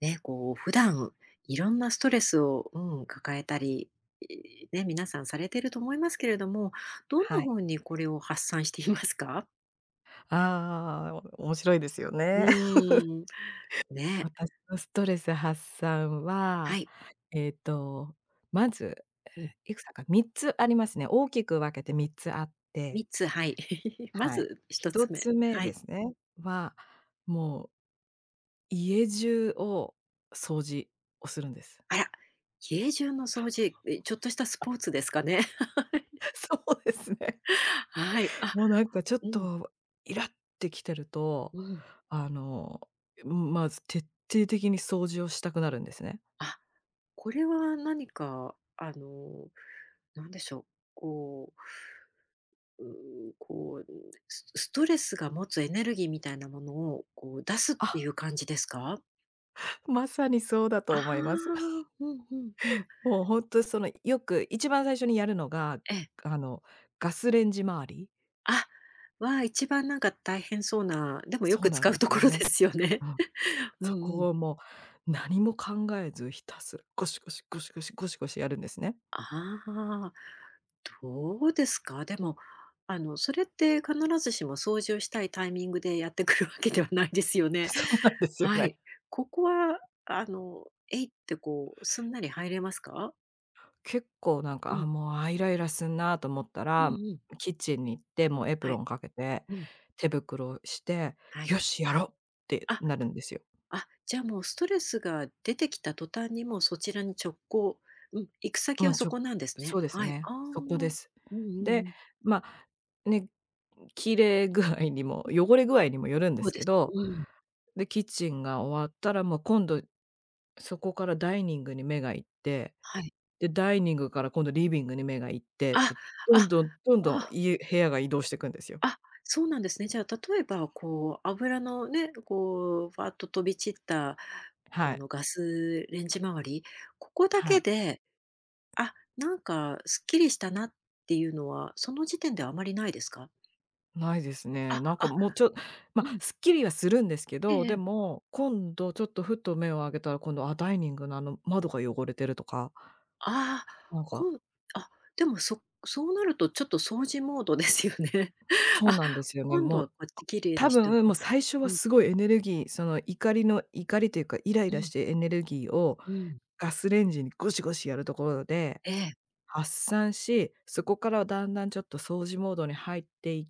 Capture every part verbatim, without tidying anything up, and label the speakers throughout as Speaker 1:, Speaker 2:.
Speaker 1: ね、こう普段いろんなストレスを、うん、抱えたり、いね、皆さんされてると思いますけれども、どんな
Speaker 2: はい。
Speaker 1: 風にこれを発散していますか？
Speaker 2: ああ、お面白いですよ
Speaker 1: う
Speaker 2: ね。
Speaker 1: ーん。ね、
Speaker 2: 私のストレス発散
Speaker 1: は
Speaker 2: は、
Speaker 1: い。
Speaker 2: えっと、まず、
Speaker 1: うん、
Speaker 2: いくつかみっつありますね。大きく分けてみっつあって、
Speaker 1: みっつ、はい。ま
Speaker 2: はい。
Speaker 1: ず1
Speaker 2: 1
Speaker 1: つ目、
Speaker 2: つ目
Speaker 1: は
Speaker 2: で
Speaker 1: い。
Speaker 2: すね、は、もう家中を掃除をするんです。
Speaker 1: あら、家中の掃除、え、ちょっとしたスポーツですかね？
Speaker 2: そうですね。
Speaker 1: はい。あ、
Speaker 2: もうなんかちょっ
Speaker 1: うん、
Speaker 2: とイラってきてると、
Speaker 1: うん。
Speaker 2: あの、まず徹底的に掃除をしたくなるんですね。
Speaker 1: あ、これは何かあの、なんでしょう、こうう、こう、スストレスが持つエネルギーみたいなものを、こう出すってい
Speaker 2: あ、
Speaker 1: う感じですか？
Speaker 2: まさにそうだと
Speaker 1: あ
Speaker 2: 思います。
Speaker 1: あ、うんうんうん。
Speaker 2: もうほんとそのよく一番最初にやるのが、
Speaker 1: ええ。
Speaker 2: あの、ガスレンジ周り。
Speaker 1: あ、は、一番なんか大変そうな、でもよ
Speaker 2: そう
Speaker 1: く
Speaker 2: なん
Speaker 1: 使
Speaker 2: で
Speaker 1: うと
Speaker 2: すよ
Speaker 1: ころで
Speaker 2: ね。
Speaker 1: すよ
Speaker 2: う
Speaker 1: ね。
Speaker 2: ん。
Speaker 1: うん
Speaker 2: そ
Speaker 1: うん。
Speaker 2: こをもう何も考えずひたすらゴシゴシゴシゴシゴシゴシやるんですね。
Speaker 1: ああ、どうですか？でも、あの、それって必ずしも掃除をしたいタイミングでやってくるわけではないですよ ね。
Speaker 2: そうなんですよ
Speaker 1: は
Speaker 2: ね。
Speaker 1: い。ここは、あの、えいってこう、すんなり入れますか？
Speaker 2: 結構なん
Speaker 1: う
Speaker 2: か、あ、
Speaker 1: ん。
Speaker 2: もう、あ、イライラすんなと思った
Speaker 1: う
Speaker 2: ら、
Speaker 1: ん
Speaker 2: キッチンに行って、もうエプ
Speaker 1: は
Speaker 2: ロ
Speaker 1: い。
Speaker 2: ンかけて、
Speaker 1: うん。
Speaker 2: 手袋をして、
Speaker 1: はいうん。はい。
Speaker 2: よし、やろうって
Speaker 1: あ、
Speaker 2: なるんですよ。
Speaker 1: あ、じゃあもうストレスが出てきた途端にもうそちらに直行、うん、行く先
Speaker 2: も
Speaker 1: は
Speaker 2: うち
Speaker 1: そ
Speaker 2: ょ
Speaker 1: こなんですね。
Speaker 2: そうです
Speaker 1: はい。
Speaker 2: ね、
Speaker 1: ああ。
Speaker 2: そこです。
Speaker 1: うんうんう
Speaker 2: で、
Speaker 1: ん。
Speaker 2: まあ、ね、綺麗具合にも、汚れ具合にもよるんで
Speaker 1: そう
Speaker 2: す
Speaker 1: で
Speaker 2: け
Speaker 1: す。
Speaker 2: ど、
Speaker 1: うん。
Speaker 2: で、キッチンが終わったら、もう今度、そこからダイニングに目が行って、
Speaker 1: はい。
Speaker 2: で、ダイニングから今度リビングに目が行ってっ
Speaker 1: あ、
Speaker 2: て、どん
Speaker 1: あ、
Speaker 2: どんどんどん、
Speaker 1: あ、
Speaker 2: 家部屋が移動していくんですよ。
Speaker 1: あ、そうなんですね。じゃあ例えばこう油のね、こうファッと飛び散った
Speaker 2: は
Speaker 1: こ
Speaker 2: い、
Speaker 1: のガスレンジ周り、ここだ
Speaker 2: は
Speaker 1: け
Speaker 2: い。
Speaker 1: で、あ、なんかすっきりしたなっていうのはその時点ではあまりないですか？
Speaker 2: ないです
Speaker 1: あ、
Speaker 2: ね。なんか
Speaker 1: あ、
Speaker 2: もうちょま、
Speaker 1: うん。
Speaker 2: すっきりはするんですけど、で
Speaker 1: ええ
Speaker 2: も、今度ちょっとふと目を上げたら、今度、あ、ダイニングのあの窓が汚れてるとか、
Speaker 1: ああ、
Speaker 2: なんか
Speaker 1: こんあ、でも、そそうなるとちょっと掃除モードですよね。
Speaker 2: そうなんで
Speaker 1: あ、
Speaker 2: すよね。
Speaker 1: 今度
Speaker 2: も
Speaker 1: は
Speaker 2: う
Speaker 1: こっち綺麗
Speaker 2: 多
Speaker 1: にしてお
Speaker 2: 分、
Speaker 1: か
Speaker 2: もう
Speaker 1: ない
Speaker 2: 最
Speaker 1: と。
Speaker 2: 初
Speaker 1: う
Speaker 2: は
Speaker 1: ん、
Speaker 2: すごいエネルギー、その怒りの怒りというか、イライ
Speaker 1: う
Speaker 2: ラし
Speaker 1: ん、
Speaker 2: てエネルギーを
Speaker 1: うん。
Speaker 2: ガスレンジにゴシゴシやるところで
Speaker 1: ええ。
Speaker 2: 発散し、そこからだんだんちょっと掃除モードに入っていっ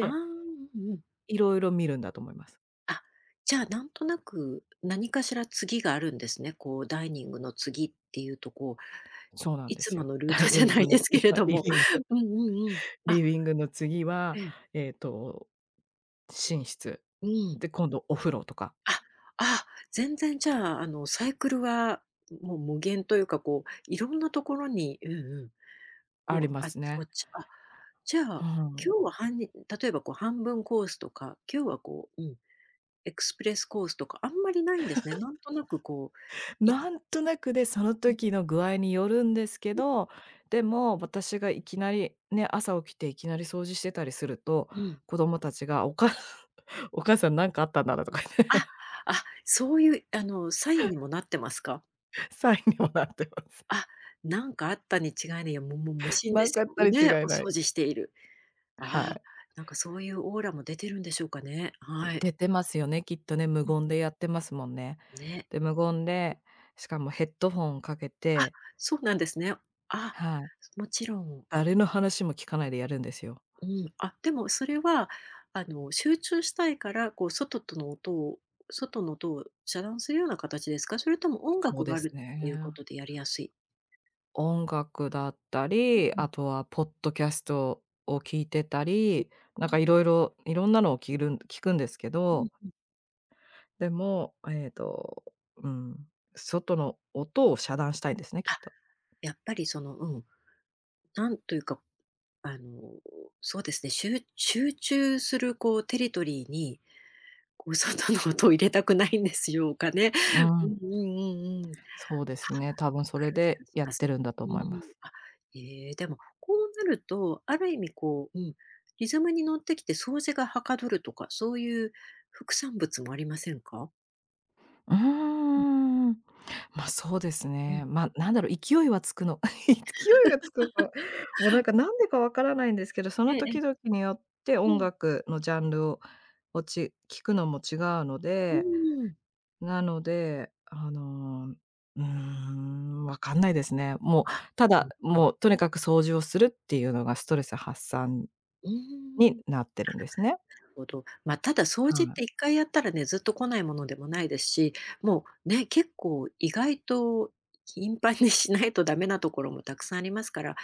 Speaker 1: ああ、うんうん。
Speaker 2: 色々見るんだと思います。
Speaker 1: あ、じゃあ、なんとなく何かしら次があるんですね。こうダイニングの次っていうと、こう、
Speaker 2: そうなん
Speaker 1: い
Speaker 2: で
Speaker 1: つ
Speaker 2: す
Speaker 1: も
Speaker 2: よ。
Speaker 1: のルー
Speaker 2: ダ
Speaker 1: ト
Speaker 2: イニ
Speaker 1: じゃ
Speaker 2: ン
Speaker 1: ない
Speaker 2: グ
Speaker 1: で
Speaker 2: の
Speaker 1: すけ
Speaker 2: 次
Speaker 1: れ
Speaker 2: は
Speaker 1: ど
Speaker 2: リ
Speaker 1: も。
Speaker 2: ビング、
Speaker 1: うんうんうん。あ、
Speaker 2: リビングの次は、
Speaker 1: ええ、
Speaker 2: えっと、寝室。
Speaker 1: うん。
Speaker 2: で、今度お風呂とか
Speaker 1: あ、あ、全然じゃあ、あの、サイクルは、もう無限というか、こう、いろんなところにうんうん、
Speaker 2: あ
Speaker 1: こ
Speaker 2: り
Speaker 1: う、
Speaker 2: ま
Speaker 1: あっ
Speaker 2: す
Speaker 1: ちこ
Speaker 2: ね。
Speaker 1: っち、あ、じゃ
Speaker 2: う
Speaker 1: あ、
Speaker 2: ん。
Speaker 1: 今日は半日例えばこう半分コースとか、今日はこう、うん、エクスプレスコースとかあんまりないんですね。なんとなくこう、い
Speaker 2: な
Speaker 1: ち
Speaker 2: んとなくで、その
Speaker 1: うん
Speaker 2: 時の具合によるんですけど、でも私がいきなりね、朝起きていきなり掃除してたりすると、
Speaker 1: うん。
Speaker 2: 子供たちがおか お母さんなんかあったんだなとか言っ
Speaker 1: あ、
Speaker 2: て、
Speaker 1: あ、そういうあの、サインにもなってますか？
Speaker 2: サインにもなってます。
Speaker 1: あ、なんかあったに違いない、いや、もうもう無心
Speaker 2: な
Speaker 1: で
Speaker 2: ん
Speaker 1: す
Speaker 2: かあった
Speaker 1: よ
Speaker 2: に違
Speaker 1: ね、
Speaker 2: い
Speaker 1: お
Speaker 2: ない。
Speaker 1: 掃除している。あ
Speaker 2: は
Speaker 1: あ、
Speaker 2: い。
Speaker 1: なんかそういうオーラも出てるんでしょうかね。はい。
Speaker 2: 出てますよね、きっとね、無言でやってますもんね。
Speaker 1: ね。
Speaker 2: で、無言で、しかもヘッドホンかけ
Speaker 1: あ、
Speaker 2: て、
Speaker 1: そうなんですね。あ、
Speaker 2: はい、
Speaker 1: もちろん、
Speaker 2: 誰の話も聞かないでやるんですよ。
Speaker 1: うん。あ、でもそれは、あの、集中したいから、こう、外との音を外の音を遮断するような形ですか？それとも音
Speaker 2: そう
Speaker 1: 楽
Speaker 2: で
Speaker 1: があ
Speaker 2: す
Speaker 1: るっていう
Speaker 2: ね。
Speaker 1: ことでやりやすい？
Speaker 2: 音楽だった
Speaker 1: う
Speaker 2: り、あ
Speaker 1: ん、
Speaker 2: とはポッドキャストを聞いてたり、な
Speaker 1: う
Speaker 2: んか
Speaker 1: ん、
Speaker 2: いろいろいろんなのを聞るん聞くんですけ
Speaker 1: うん、
Speaker 2: ど、
Speaker 1: うん。
Speaker 2: でも、ええと、うん、外の音を遮断したいんですね、きっ
Speaker 1: あ、
Speaker 2: と。
Speaker 1: やっぱりその、うん、なんというか、あの、そうですね、しゅう集中するこうテリトリーに、こう、外の音を入れたくないんですよかね。
Speaker 2: う
Speaker 1: う
Speaker 2: ん。
Speaker 1: んうんうんうん。
Speaker 2: そうですね、多分そ
Speaker 1: か
Speaker 2: れ
Speaker 1: る気
Speaker 2: で
Speaker 1: がし
Speaker 2: やっ
Speaker 1: ま
Speaker 2: て
Speaker 1: す。
Speaker 2: るんだと
Speaker 1: う
Speaker 2: 思いま
Speaker 1: ん、
Speaker 2: す。
Speaker 1: あ、ええ、でも、こうなると、ある意味こう、うん、リズムに乗ってきて掃除がはかどるとか、そういう副産物もありませんか？
Speaker 2: うー
Speaker 1: うん
Speaker 2: ん。ま、そうです
Speaker 1: うん。
Speaker 2: ね。ま、なんだろう、勢いはつくの 勢いがつくの。もうなんかなんでかわからないんですけど、そ
Speaker 1: え
Speaker 2: の
Speaker 1: ええ
Speaker 2: 時々
Speaker 1: え、
Speaker 2: によって
Speaker 1: う
Speaker 2: 音
Speaker 1: ん、
Speaker 2: 楽のジャンルををち聞くのも違うの
Speaker 1: う
Speaker 2: で、
Speaker 1: ーん。
Speaker 2: なので、あの、うーん、わかんないですね。もう、
Speaker 1: あ、
Speaker 2: た
Speaker 1: う
Speaker 2: だ、
Speaker 1: んうん。
Speaker 2: もうとにかく掃除をするっていうのがストレス発散
Speaker 1: うーん、
Speaker 2: に
Speaker 1: なる
Speaker 2: なってるんですね。
Speaker 1: ほど。ま、ただ掃
Speaker 2: は
Speaker 1: 除っ
Speaker 2: い。
Speaker 1: て一回やったらね、ずっと来ないものでもないですし、もうね、結構意外と頻繁にしないとダメなところもたくさんありますから、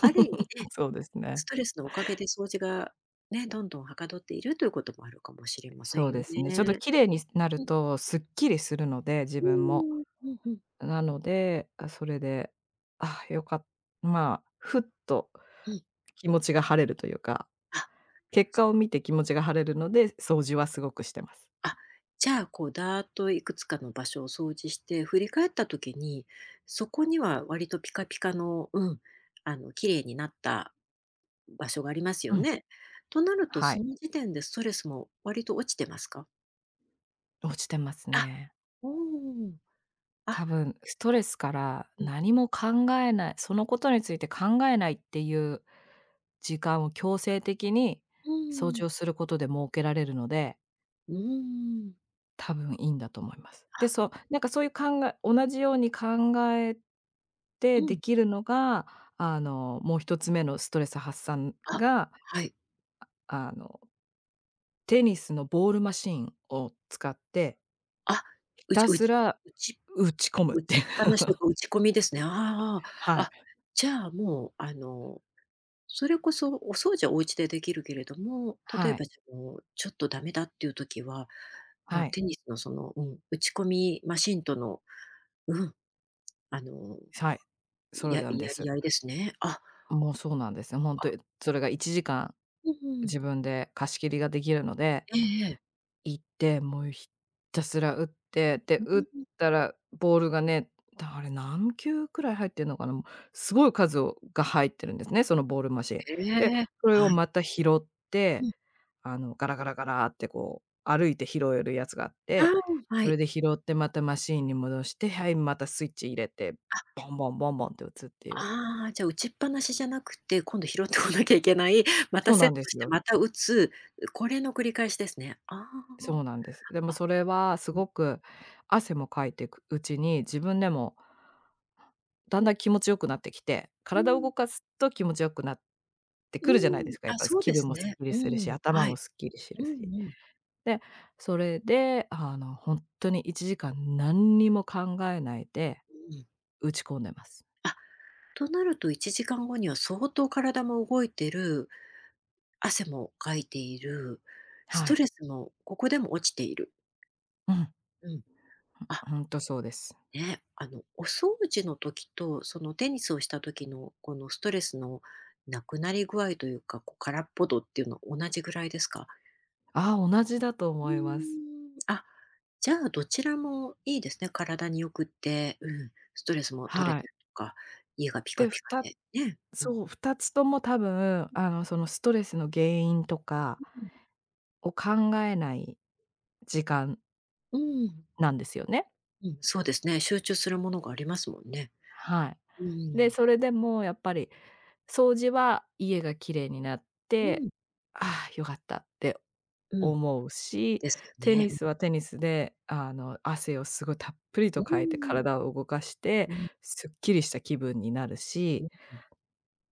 Speaker 1: ある意味 ね
Speaker 2: そうですね。
Speaker 1: ストレスのおかげで掃除がね、どんどんはかどっているということもあるかもしれませ
Speaker 2: そ
Speaker 1: ん
Speaker 2: う
Speaker 1: よ
Speaker 2: ですね。ちょっと
Speaker 1: ね。
Speaker 2: 綺麗になる
Speaker 1: うん
Speaker 2: とすっきりするので、自
Speaker 1: う
Speaker 2: 分も。
Speaker 1: ん、うんうん、
Speaker 2: なので、あ、それで、あ、よかっまあ、ふっと
Speaker 1: うん。
Speaker 2: 気持ちが晴れるというか、
Speaker 1: あ、
Speaker 2: 結果を見て気持ちが晴れるので、掃除はすごくしてます。
Speaker 1: あ、じゃあ、こうだーっといくつかの場所を掃除して振り返った時に、そこには割とピカピカの、うん、あの綺麗になった場所があります
Speaker 2: う
Speaker 1: よ
Speaker 2: ん、
Speaker 1: ね。となると、
Speaker 2: はい、
Speaker 1: その時点でストレスも割と落ちてますか？
Speaker 2: 落ちてます
Speaker 1: あ、
Speaker 2: ね。
Speaker 1: おーあ、
Speaker 2: 多分ストレスから
Speaker 1: うん、
Speaker 2: 何も考えない、そのことについて考えないっていう時間を強制的に
Speaker 1: う
Speaker 2: 掃
Speaker 1: ん、
Speaker 2: 除をすることで設けられるので
Speaker 1: うん、
Speaker 2: 多分いいんだと思います。で、
Speaker 1: あ、
Speaker 2: そう、なんかそういう考え同じように考え
Speaker 1: う
Speaker 2: てで
Speaker 1: ん、
Speaker 2: きるのが、あの、もう一つ目のストレス発散
Speaker 1: あ、
Speaker 2: が、
Speaker 1: はい。
Speaker 2: あの、テニスのボールマシーンを使って、
Speaker 1: あ、
Speaker 2: ひ
Speaker 1: うち
Speaker 2: た
Speaker 1: う
Speaker 2: す
Speaker 1: ち
Speaker 2: ら
Speaker 1: うち
Speaker 2: 打ち込むっ
Speaker 1: 打
Speaker 2: てい
Speaker 1: ち
Speaker 2: う。
Speaker 1: っぱなしとか打ち込みですね。ああ
Speaker 2: はい。
Speaker 1: あじゃあもう、あの、それこそお掃除はお家でできるけれども、例え
Speaker 2: は
Speaker 1: ば
Speaker 2: い。
Speaker 1: その、ちょっとダメだっていう時は、もう
Speaker 2: はい。
Speaker 1: テニスのその、うん、打ち込みマシンとの、うん、あの、
Speaker 2: はい。それ
Speaker 1: や
Speaker 2: なんで
Speaker 1: や
Speaker 2: す。
Speaker 1: り合いですね。あ、
Speaker 2: もうそうなんですよ。ほんと、それがいちじかん
Speaker 1: うんうん。
Speaker 2: 自分で貸し切りができるので
Speaker 1: ええええ。
Speaker 2: 行って、もうひたすら打って、で、
Speaker 1: う
Speaker 2: 打っ
Speaker 1: ん、
Speaker 2: たらボールがね、だあれ何球くらい入ってんのかな、もうすごい数をが入ってるんですね、そのボールマシン。
Speaker 1: へ
Speaker 2: で、
Speaker 1: え。
Speaker 2: それを
Speaker 1: はい。
Speaker 2: また拾って、
Speaker 1: うん。
Speaker 2: あの、ガラガラガラってこう歩いて拾えるやつがあっ
Speaker 1: あ
Speaker 2: て、
Speaker 1: あ、は
Speaker 2: それ
Speaker 1: い。
Speaker 2: で拾ってまたマシーンに戻して、はい、またスイッチ入れて、ボンボンボンボンって打つっていう。
Speaker 1: ああ、じゃあ、打ちっぱなしじゃなくて、今度拾ってこなきゃいけない、ま
Speaker 2: そ
Speaker 1: た
Speaker 2: う
Speaker 1: セ
Speaker 2: な
Speaker 1: ッ
Speaker 2: んで
Speaker 1: トし
Speaker 2: す
Speaker 1: て、
Speaker 2: よ。
Speaker 1: また打つ、これの繰り返しですね。あ
Speaker 2: そうなんです。でも
Speaker 1: あ、あ、
Speaker 2: それはす
Speaker 1: うん、
Speaker 2: ごく汗もかいてくうちに、自分でもだんだん気持ち良くなってきて、
Speaker 1: う
Speaker 2: 体を
Speaker 1: ん、
Speaker 2: 動かすと気持ち良くなってくるじゃないですか、やっ
Speaker 1: あ、
Speaker 2: ぱ
Speaker 1: そう
Speaker 2: 気
Speaker 1: で
Speaker 2: 分
Speaker 1: す
Speaker 2: もすっ
Speaker 1: ね。
Speaker 2: きり
Speaker 1: う
Speaker 2: するし、
Speaker 1: ん、
Speaker 2: 頭
Speaker 1: は
Speaker 2: も
Speaker 1: い。
Speaker 2: すっきりする
Speaker 1: うん
Speaker 2: し。
Speaker 1: うん、
Speaker 2: で、それで、あの、ほんとにいちじかん何にも考えないで
Speaker 1: うん。
Speaker 2: 打ち込んでます。
Speaker 1: あ、となるといちじかんごには相当体も動いてる、汗もかいている、ス
Speaker 2: は
Speaker 1: ト
Speaker 2: い。
Speaker 1: レスもここでも落ちている。
Speaker 2: うん、
Speaker 1: うん。あ、
Speaker 2: ほんとそうです。
Speaker 1: ね、あの、お掃除の時と、そのテニスをした時の、このストレスのなくなり具合というか、こう空っぽ度っていうのは同じぐらいですか？
Speaker 2: ああ、同じだと
Speaker 1: うー
Speaker 2: 思います。
Speaker 1: ん、あ、じゃあどちらもいいですね。体によくって、うん、ストレスも取れ
Speaker 2: は
Speaker 1: て
Speaker 2: い。
Speaker 1: るとか、家がピ
Speaker 2: で、
Speaker 1: カピカ
Speaker 2: 2
Speaker 1: で、ね。うん、
Speaker 2: そう、ふたつとも多分、あの、そのストレスの原因とかを考えない時間
Speaker 1: うん、うん、
Speaker 2: なんですよね。
Speaker 1: うん、そうですね。集中するものがありますもんね。
Speaker 2: は
Speaker 1: う
Speaker 2: い。で、
Speaker 1: ん、
Speaker 2: それでもやっぱり掃除は家が綺麗になっ
Speaker 1: う
Speaker 2: て、
Speaker 1: ん、
Speaker 2: ああ、良かったって
Speaker 1: うん、
Speaker 2: 思うし、
Speaker 1: ですよ
Speaker 2: テ
Speaker 1: ね。
Speaker 2: ニスはテニスで、あの、汗をすごいたっぷり
Speaker 1: う
Speaker 2: と
Speaker 1: ん、
Speaker 2: かいて
Speaker 1: うん、
Speaker 2: 体を動かして、
Speaker 1: うん、
Speaker 2: すっきりした気分になる
Speaker 1: う
Speaker 2: し、
Speaker 1: ん。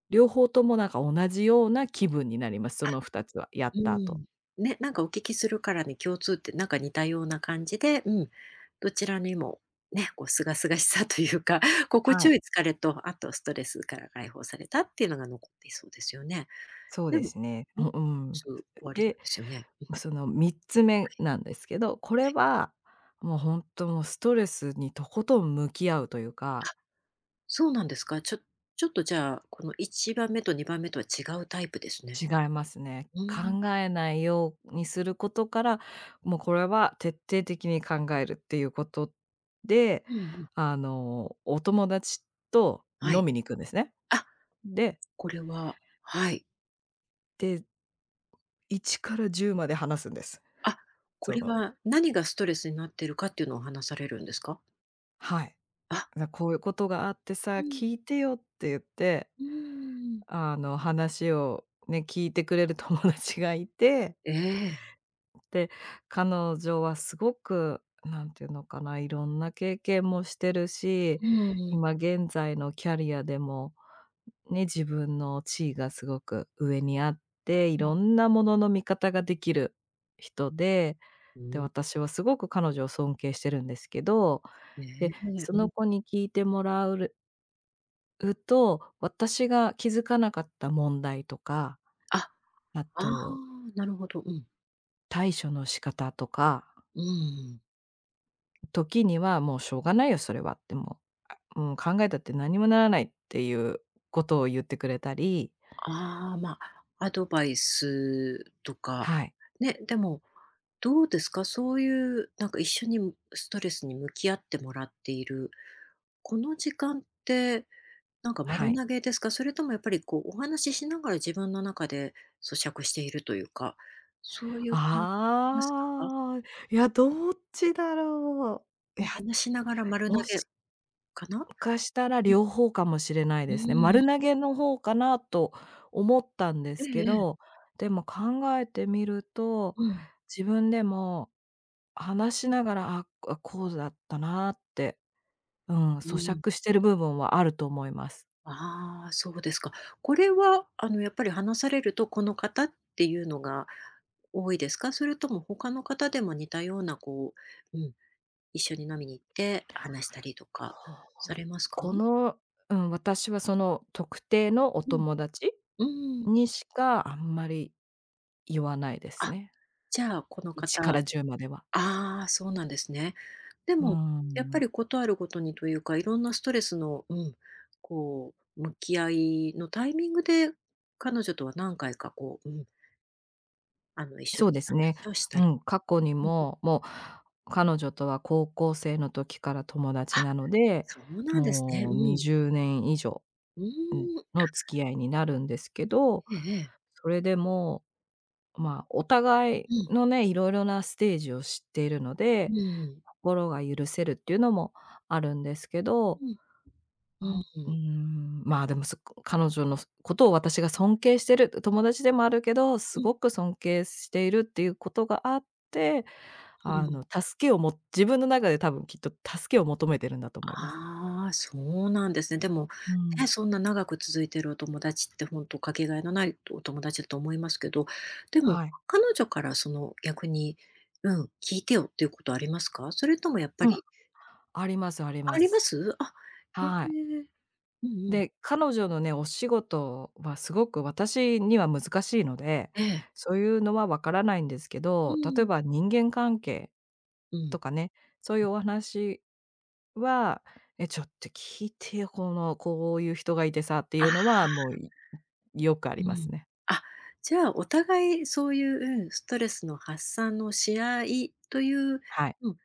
Speaker 2: 両方ともなんか同じような気分になります。そのふたつはやっ
Speaker 1: う
Speaker 2: た後。
Speaker 1: ん。ね、なんかお聞きするからに共通ってなんか似たような感じで、うん、どちらにもね、こう清々しさというか、心
Speaker 2: は
Speaker 1: 地
Speaker 2: い、
Speaker 1: よい疲れと、あとストレスから解放されたっていうのが残っていそうですよね。
Speaker 2: そう
Speaker 1: で
Speaker 2: で
Speaker 1: も、
Speaker 2: すね。
Speaker 1: もう
Speaker 2: ううん。
Speaker 1: ひとつ終わりなん
Speaker 2: で、
Speaker 1: ですよね。
Speaker 2: そのみっつめなんですけど、これはもうほんともうストレスにとことん向き合うという
Speaker 1: あ、
Speaker 2: か。
Speaker 1: そうなんですか。ちょちょっとじゃあ、このいちばんめとにばんめとは違うタイプですね。
Speaker 2: 違いますね。
Speaker 1: うん、
Speaker 2: 考えないようにすることから、もうこれは徹底的に考えるっていうことで、
Speaker 1: うんうん。
Speaker 2: あの、お友達と
Speaker 1: は
Speaker 2: 飲
Speaker 1: い。
Speaker 2: みに行くんですね。
Speaker 1: あ、
Speaker 2: で、
Speaker 1: これははい。
Speaker 2: で、いちからじゅうまで話すんです。
Speaker 1: あ、こ
Speaker 2: そ
Speaker 1: れ
Speaker 2: の
Speaker 1: は何がストレスになってるかっていうのを話されるんですか？
Speaker 2: はい。
Speaker 1: あ。
Speaker 2: な「こういうことがあってさ、
Speaker 1: うん、
Speaker 2: 聞いてよ」って言って、
Speaker 1: うーん。
Speaker 2: あの、話をね、聞いてくれる友達がいて
Speaker 1: ええ。
Speaker 2: で、彼女はすごく、なんていうのかな、いろんな経験もしてるし、
Speaker 1: うんうん、
Speaker 2: 今現在のキャリアでも、ね、自分の地位がすごく上にあって、い
Speaker 1: うん。
Speaker 2: ろんなものの見方ができる人で、
Speaker 1: う
Speaker 2: で、
Speaker 1: ん、
Speaker 2: 私はすごく彼女を尊敬してるんですけど、
Speaker 1: え
Speaker 2: で、
Speaker 1: え、
Speaker 2: そ
Speaker 1: う
Speaker 2: の
Speaker 1: ん。
Speaker 2: 子に聞いてもらううと、私が気づかなかった問題とか、
Speaker 1: あ、
Speaker 2: あ
Speaker 1: ああ、
Speaker 2: と
Speaker 1: なるほど。うん。
Speaker 2: 対処の仕方とか
Speaker 1: うん。
Speaker 2: 時にはもうしょうがないよ、それはってもう、あ、うん、考えたって何にもならないっていうことを言ってくれたり、
Speaker 1: ああ、ま、アドバイスとか、
Speaker 2: はい、
Speaker 1: ね、でも、どうですか？そういう、なんか一緒にストレスに向き合ってもらっている、この時間って、なんか
Speaker 2: は
Speaker 1: 丸
Speaker 2: い。
Speaker 1: 投げですか？それともやっぱりこうお話ししながら自分の中で咀嚼しているというか、そういう感覚ありますか？
Speaker 2: ああ、いや、どっちだろう。い
Speaker 1: もう
Speaker 2: や、
Speaker 1: 話しながら丸投
Speaker 2: も
Speaker 1: げ
Speaker 2: し
Speaker 1: かな？
Speaker 2: かしたら
Speaker 1: うん、
Speaker 2: 両方かもしれない
Speaker 1: う
Speaker 2: ですね。
Speaker 1: ん。
Speaker 2: 丸投げの方かなと思ったんで
Speaker 1: え
Speaker 2: す
Speaker 1: え
Speaker 2: け
Speaker 1: ええ。
Speaker 2: ど、でも考えてみると、
Speaker 1: うん。
Speaker 2: 自分でも話しながら、あ、あ、こうだったなって、うん、
Speaker 1: う
Speaker 2: 咀
Speaker 1: ん。
Speaker 2: 嚼してる部分はあると思います。
Speaker 1: ああ、そうですか。これは、あの、やっぱり話されると、この方っていうのが多いですか？それとも他の方でも似たような、こう、うん、一緒に飲みに行って話したりと か
Speaker 2: は
Speaker 1: さ
Speaker 2: あ。
Speaker 1: れますか？
Speaker 2: この、うん、私はその特定のお
Speaker 1: うん。
Speaker 2: 友達
Speaker 1: うん。
Speaker 2: にしかあんまり言わないです
Speaker 1: あ、
Speaker 2: ね。
Speaker 1: じゃあ、この
Speaker 2: いち
Speaker 1: 方
Speaker 2: からじゅうまでは。
Speaker 1: ああ、そうなんですね。で
Speaker 2: うー
Speaker 1: も、やっぱ
Speaker 2: ん。
Speaker 1: りことあるごとにというか、いろんなストレスの、うん、こう、向き合いのタイミングで、彼女とは何回かこう、うん、あの、一緒
Speaker 2: そ
Speaker 1: に
Speaker 2: うですね。
Speaker 1: 話をした
Speaker 2: う
Speaker 1: り。
Speaker 2: ん、過去に
Speaker 1: うん
Speaker 2: も、もう彼女とは高校生の時から友達
Speaker 1: あ、
Speaker 2: なので、
Speaker 1: そうなんですね。
Speaker 2: も
Speaker 1: う
Speaker 2: う
Speaker 1: ん。
Speaker 2: にじゅうねん以上、
Speaker 1: うー
Speaker 2: ん、
Speaker 1: ん。
Speaker 2: の付き合いになるんですけど、
Speaker 1: ええ
Speaker 2: それでも、まあ、お互いのね、いろいろなステージを知っているので心が許せるっていうのもあるんですけど、
Speaker 1: う
Speaker 2: うー
Speaker 1: ん。
Speaker 2: ん、まあ、でも、す彼女のことを私が尊敬してる、友達でもあるけど、
Speaker 1: う
Speaker 2: す
Speaker 1: ん、うん。うんう
Speaker 2: ごく尊敬しているっていうことがあって、
Speaker 1: んう
Speaker 2: あ
Speaker 1: ん
Speaker 2: の、助けをも自分の中で多分きっと助けを求めてるんだと思います。
Speaker 1: ああ、そうなんですね。でも、
Speaker 2: うん、
Speaker 1: ね、そんな長く続いてるお友達って本当かけがえのないお友達だと思いますけど、でも
Speaker 2: はい。
Speaker 1: 彼女からその逆に、うん、聞いてよっていうことありますか？それともやっぱ
Speaker 2: うん、
Speaker 1: り
Speaker 2: ありますありま
Speaker 1: ありま
Speaker 2: す。
Speaker 1: す？あ、へえ。
Speaker 2: はい。
Speaker 1: うんうん。
Speaker 2: で、彼女のね、お仕事はすごく私には難しいので、
Speaker 1: ええ。
Speaker 2: そういうのはわからないんですけ
Speaker 1: う
Speaker 2: ど、例え
Speaker 1: ん。
Speaker 2: ば人間関係
Speaker 1: う
Speaker 2: と
Speaker 1: ん。
Speaker 2: かね、そういうお話は、「え、ちょっと聞いてよ、このこういう人がいてさ」ってい
Speaker 1: あ
Speaker 2: う
Speaker 1: あ、
Speaker 2: のは、もう、いよくあ
Speaker 1: う
Speaker 2: ります
Speaker 1: ん。
Speaker 2: ね。
Speaker 1: あ、じゃあお互いそういう、うん、ストレスの発散のし合いという、
Speaker 2: はい、
Speaker 1: うん、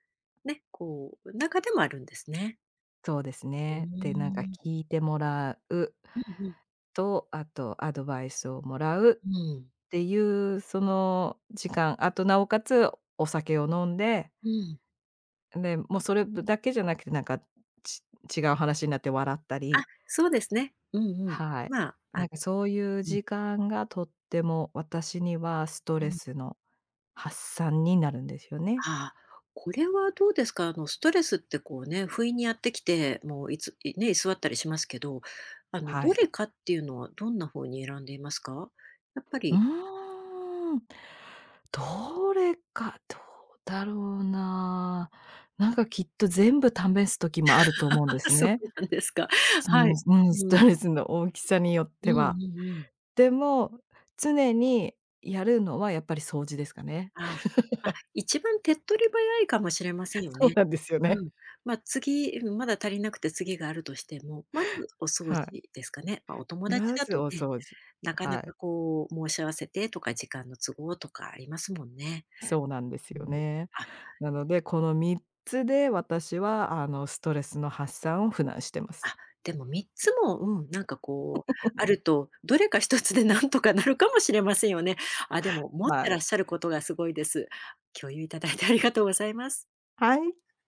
Speaker 1: ね、こう、中でもあるんですね。
Speaker 2: そうです
Speaker 1: う
Speaker 2: ね。で、なんか
Speaker 1: ーん。
Speaker 2: 聞いてもらう
Speaker 1: うんうん。
Speaker 2: と、あとアドバイスをもらうっ
Speaker 1: うん、
Speaker 2: ていう、その時間、あと、なおかつお酒を飲んで、
Speaker 1: うん。
Speaker 2: で、もうそれだけじゃなくて、なんか、ち違う話になって笑った
Speaker 1: あ、
Speaker 2: り。
Speaker 1: そうですね。うんうん。
Speaker 2: はい。
Speaker 1: まあ、あ
Speaker 2: なん
Speaker 1: の
Speaker 2: かそういう
Speaker 1: うん
Speaker 2: 時間がとっても私にはスト
Speaker 1: う
Speaker 2: レ
Speaker 1: ん。
Speaker 2: スの発散になるんですよね。
Speaker 1: ああ、これはどうですか？あの、ストレスってこうね、不意にやってきて、もういついね、居座ったりしますけど、あの、
Speaker 2: は
Speaker 1: ど
Speaker 2: い。
Speaker 1: れかっていうのはどんな方に選んでいますか？やっぱ
Speaker 2: う
Speaker 1: り
Speaker 2: ーん。どれか、どうだろうな。なんかきっと全部試す時もあると思うんで す
Speaker 1: そう
Speaker 2: ね。
Speaker 1: なんですか。
Speaker 2: そ
Speaker 1: は
Speaker 2: の、
Speaker 1: い。
Speaker 2: うん、ス
Speaker 1: う
Speaker 2: ト
Speaker 1: ん。
Speaker 2: レスの大きさによっ
Speaker 1: う
Speaker 2: ては。
Speaker 1: んうんうん。
Speaker 2: でも、常にやるのはやっぱり掃除ですかね。
Speaker 1: ああ、あ、一番手っ取り早いかもしれませんよ
Speaker 2: そう
Speaker 1: ね。
Speaker 2: なんですよね。
Speaker 1: うん。まあ、次、うん、まだ足りなくて次があるとしても、まずお掃
Speaker 2: はい。
Speaker 1: 除ですかね。まあ、お友達
Speaker 2: ま
Speaker 1: だ
Speaker 2: ず
Speaker 1: と
Speaker 2: お
Speaker 1: ね、
Speaker 2: 掃除。
Speaker 1: なか
Speaker 2: は
Speaker 1: な
Speaker 2: い。
Speaker 1: かこう申し合わせてとか時間の都合とかありますもんね。
Speaker 2: そうなんです
Speaker 1: う
Speaker 2: よ
Speaker 1: ん。
Speaker 2: ね。
Speaker 1: あ、
Speaker 2: なので、このみっつで私はあの、ストレスの発散を普段してます。
Speaker 1: あ、でもみっつも、うん、なんかこうあると、どれかひとつでなんとかなるかもしれませんよね。あ、でも持って
Speaker 2: は
Speaker 1: ら
Speaker 2: い。
Speaker 1: っしゃることがすごいです。共有いただいてありがとうございます。
Speaker 2: はい。